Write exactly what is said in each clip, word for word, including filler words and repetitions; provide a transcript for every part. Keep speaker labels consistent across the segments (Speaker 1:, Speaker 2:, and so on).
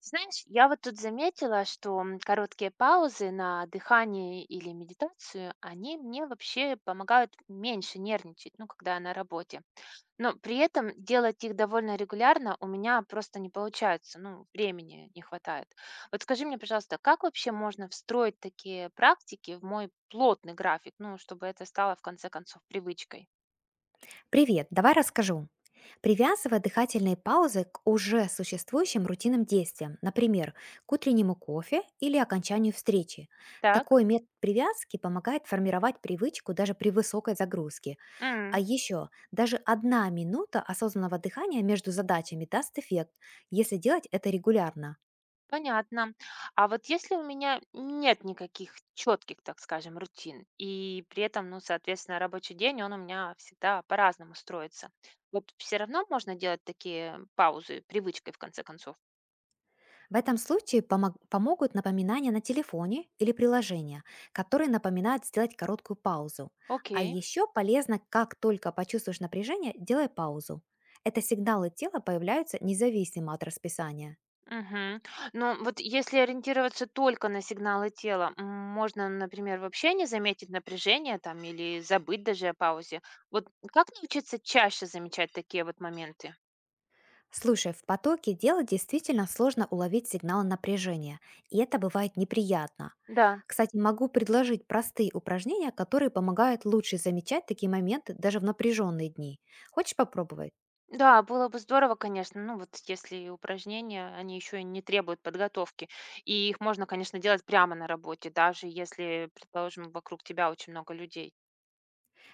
Speaker 1: Ты знаешь, я вот тут заметила, что м, короткие паузы на дыхание или медитацию, они мне вообще помогают меньше нервничать, ну, когда я на работе. Но при этом делать их довольно регулярно у меня просто не получается, ну, времени не хватает. Вот скажи мне, пожалуйста, как вообще можно встроить такие практики в мой плотный график, ну, чтобы это стало в конце концов привычкой?
Speaker 2: Привет, давай расскажу. Привязывая дыхательные паузы к уже существующим рутинным действиям, например, к утреннему кофе или окончанию встречи.
Speaker 1: Так.
Speaker 2: Такой метод привязки помогает формировать привычку даже при высокой загрузке. А еще даже одна минута осознанного дыхания между задачами даст эффект, если делать это регулярно.
Speaker 1: Понятно. А вот если у меня нет никаких четких, так скажем, рутин, и при этом, ну, соответственно, рабочий день, он у меня всегда по-разному строится. Вот все равно можно делать такие паузы привычкой, в конце концов.
Speaker 2: В этом случае помог- помогут напоминания на телефоне или приложения, которые напоминают сделать короткую паузу. А
Speaker 1: Окей.
Speaker 2: еще полезно, как только почувствуешь напряжение, делай паузу. Это сигналы тела появляются независимо от расписания.
Speaker 1: Мгм. Но вот если ориентироваться только на сигналы тела, м, можно, например, вообще не заметить напряжение там или забыть даже о паузе. Вот как научиться чаще замечать такие вот моменты?
Speaker 2: Слушай, в потоке дела действительно сложно уловить сигнал напряжения, и это бывает неприятно.
Speaker 1: Да.
Speaker 2: Кстати, могу предложить простые упражнения, которые помогают лучше замечать такие моменты даже в напряженные дни. Хочешь попробовать?
Speaker 1: Да, было бы здорово, конечно, ну вот если упражнения, они еще и не требуют подготовки, и их можно, конечно, делать прямо на работе, даже если, предположим, вокруг тебя очень много людей.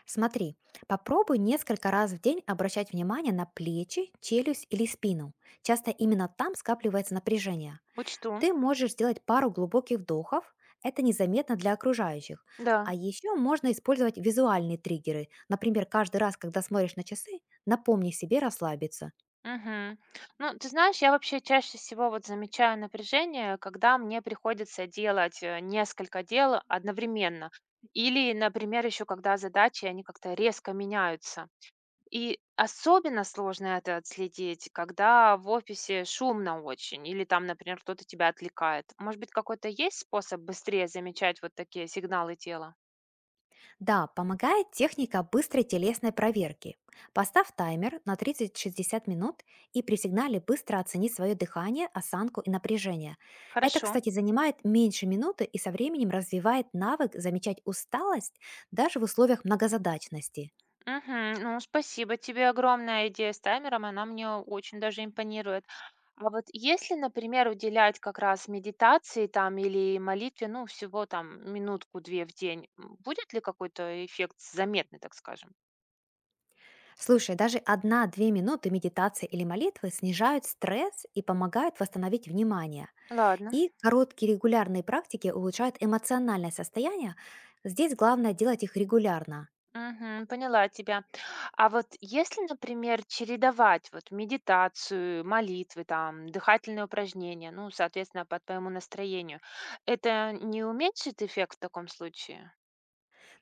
Speaker 2: Смотри, попробуй несколько раз в день обращать внимание на плечи, челюсть или спину. Часто именно там скапливается напряжение.
Speaker 1: Учту,
Speaker 2: Ты можешь сделать пару глубоких вдохов, это незаметно для окружающих.
Speaker 1: да.
Speaker 2: А еще можно использовать визуальные триггеры. Например, каждый раз, когда смотришь на часы, напомни себе расслабиться.
Speaker 1: Мгм. Ну, ты знаешь, я вообще чаще всего вот замечаю напряжение, когда мне приходится делать э, несколько дел одновременно. Или, например, еще когда задачи, они как-то резко меняются. И особенно сложно это отследить, когда в офисе шумно очень или там, например, кто-то тебя отвлекает. Может быть, какой-то есть способ быстрее замечать вот такие сигналы тела?
Speaker 2: Да, помогает техника быстрой телесной проверки. Поставь таймер на 30-60 минут и при сигнале быстро оцени свое дыхание, осанку и напряжение. Это,
Speaker 1: Хорошо.
Speaker 2: кстати, занимает меньше минуты и со временем развивает навык замечать усталость даже в условиях многозадачности.
Speaker 1: Мгм. Ну, спасибо тебе, огромная идея с таймером, она мне очень даже импонирует. А вот если, например, уделять как раз медитации там или молитве, ну, всего там минутку-две в день, м, будет ли какой-то эффект заметный, так скажем?
Speaker 2: Слушай, даже одна-две минуты медитации или молитвы снижают стресс и помогают восстановить внимание.
Speaker 1: Ладно.
Speaker 2: И короткие регулярные практики улучшают эмоциональное состояние. Здесь главное делать их регулярно.
Speaker 1: Мгм. Поняла тебя. А вот если, например, чередовать вот медитацию, молитвы, там, дыхательные упражнения, ну, соответственно, по твоему настроению, это не уменьшит эффект в таком случае?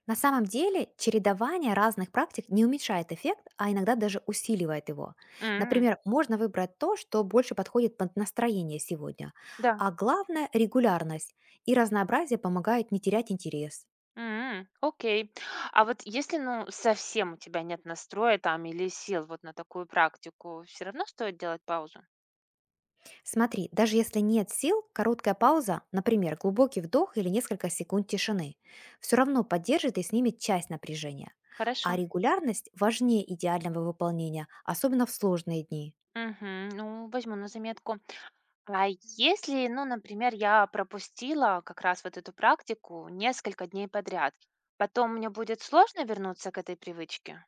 Speaker 2: На самом деле чередование разных практик не уменьшает эффект, а иногда даже усиливает его.
Speaker 1: М,
Speaker 2: Например, можно выбрать то, что больше подходит под настроение сегодня.
Speaker 1: Да.
Speaker 2: А главное– регулярность. И разнообразие помогают не терять интерес.
Speaker 1: М, Окей. А вот если, ну, совсем у тебя нет настроя там или сил вот на такую практику, все равно стоит делать паузу?
Speaker 2: Смотри, даже если нет сил, короткая пауза, например, глубокий вдох или несколько секунд тишины, все равно поддержит и снимет часть напряжения. А
Speaker 1: Хорошо.
Speaker 2: регулярность важнее идеального выполнения, особенно в сложные дни.
Speaker 1: Мгм. Ну, возьму на заметку. А если, ну, например, я пропустила как раз вот эту практику несколько дней подряд, потом мне будет сложно вернуться к этой привычке?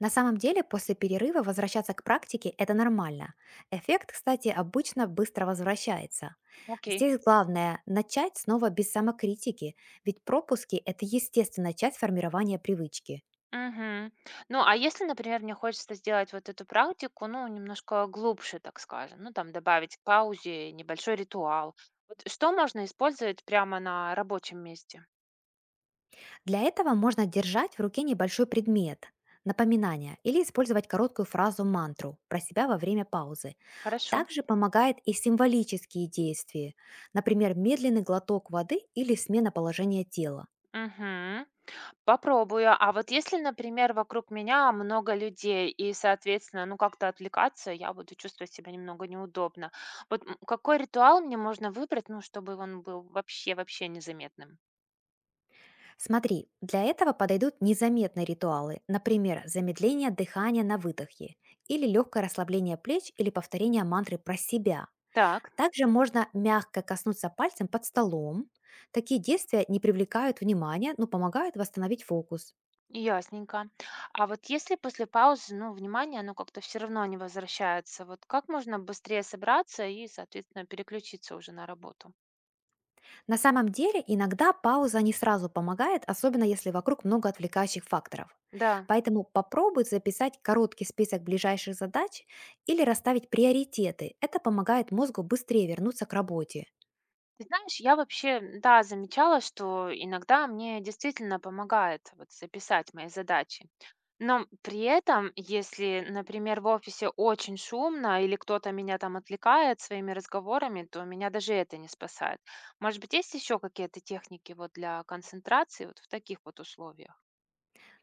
Speaker 2: На самом деле, после перерыва возвращаться к практике– это нормально. Эффект, кстати, обычно быстро возвращается.
Speaker 1: Окей.
Speaker 2: Здесь главное– начать снова без самокритики, ведь пропуски– это естественная часть формирования привычки.
Speaker 1: Мгм. Ну, а если, например, мне хочется сделать вот эту практику, ну, немножко глубже, так скажем, ну, там добавить к паузе небольшой ритуал, вот что можно использовать прямо на рабочем месте?
Speaker 2: Для этого можно держать в руке небольшой предмет– напоминание или использовать короткую фразу-мантру про себя во время паузы.
Speaker 1: Хорошо.
Speaker 2: Также помогает и символические действия, например, медленный глоток воды или смена положения тела.
Speaker 1: Мгм. Попробую. А вот если, например, вокруг меня много людей и, соответственно, ну как-то отвлекаться, я буду чувствовать себя немного неудобно. Вот м, какой ритуал мне можно выбрать, ну, чтобы он был вообще, вообще незаметным?
Speaker 2: Смотри, для этого подойдут незаметные ритуалы, например, замедление дыхания на выдохе или легкое расслабление плеч или повторение мантры про себя.
Speaker 1: Так,
Speaker 2: Также можно мягко коснуться пальцем под столом. Такие действия не привлекают внимания, но помогают восстановить фокус.
Speaker 1: ясненько. А вот если после паузы, ну, внимание, оно как-то все равно не возвращается, вот как можно быстрее собраться и, соответственно, переключиться уже на работу?
Speaker 2: На самом деле, иногда пауза не сразу помогает, особенно если вокруг много отвлекающих факторов.
Speaker 1: Да.
Speaker 2: Поэтому попробуй записать короткий список ближайших задач или расставить приоритеты. Это помогает мозгу быстрее вернуться к работе.
Speaker 1: Ты знаешь, я вообще, да, замечала, что иногда мне действительно помогает вот записать мои задачи. Но при этом, если, например, в офисе очень шумно или кто-то меня там отвлекает своими разговорами, то меня даже это не спасает. Может быть, есть еще какие-то техники вот для концентрации вот в таких вот условиях?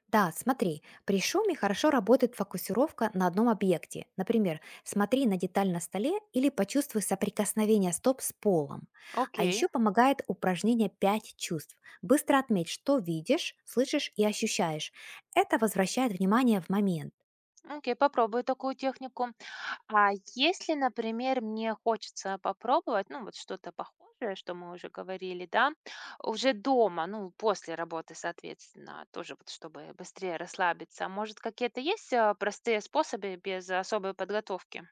Speaker 2: Да, смотри, при шуме хорошо работает фокусировка на одном объекте. Например, смотри на деталь на столе или почувствуй соприкосновение стоп с полом. А
Speaker 1: Окей,
Speaker 2: еще помогает упражнение пять чувств. Быстро отметь, что видишь, слышишь и ощущаешь. Это возвращает внимание в момент.
Speaker 1: окей, попробую такую технику. А если, например, мне хочется попробовать, ну, вот что-то похожее, что мы уже говорили, да, уже дома, ну, после работы, соответственно, тоже вот чтобы быстрее расслабиться. Может, какие-то есть а, простые способы без особой подготовки?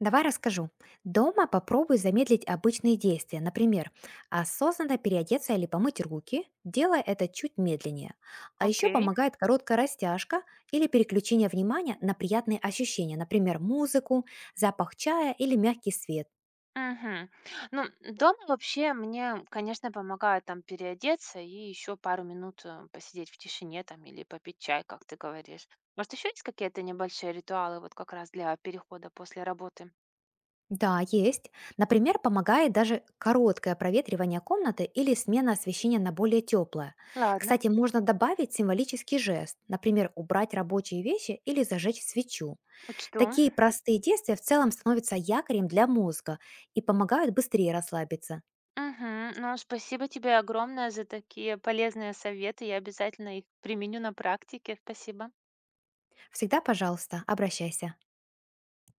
Speaker 2: Давай расскажу. Дома попробуй замедлить обычные действия, например, осознанно переодеться или помыть руки, делая это чуть медленнее. А еще
Speaker 1: Окей.
Speaker 2: помогает короткая растяжка или переключение внимания на приятные ощущения, например, музыку, запах чая или мягкий свет.
Speaker 1: Мгм. Ну, дома вообще мне, конечно, помогает там переодеться и еще пару минут э, посидеть в тишине там или попить чай, как ты говоришь. Может, еще есть какие-то небольшие ритуалы вот как раз для перехода после работы?
Speaker 2: Да, есть. Например, помогает даже короткое проветривание комнаты или смена освещения на более теплое.
Speaker 1: Ладно.
Speaker 2: Кстати, можно добавить символический жест, например, убрать рабочие вещи или зажечь свечу.
Speaker 1: Учту.
Speaker 2: Такие простые действия в целом становятся якорем для мозга и помогают быстрее расслабиться.
Speaker 1: Мгм. Ну, спасибо тебе огромное за такие полезные советы. Я обязательно их применю на практике. Спасибо.
Speaker 2: Всегда, пожалуйста, обращайся.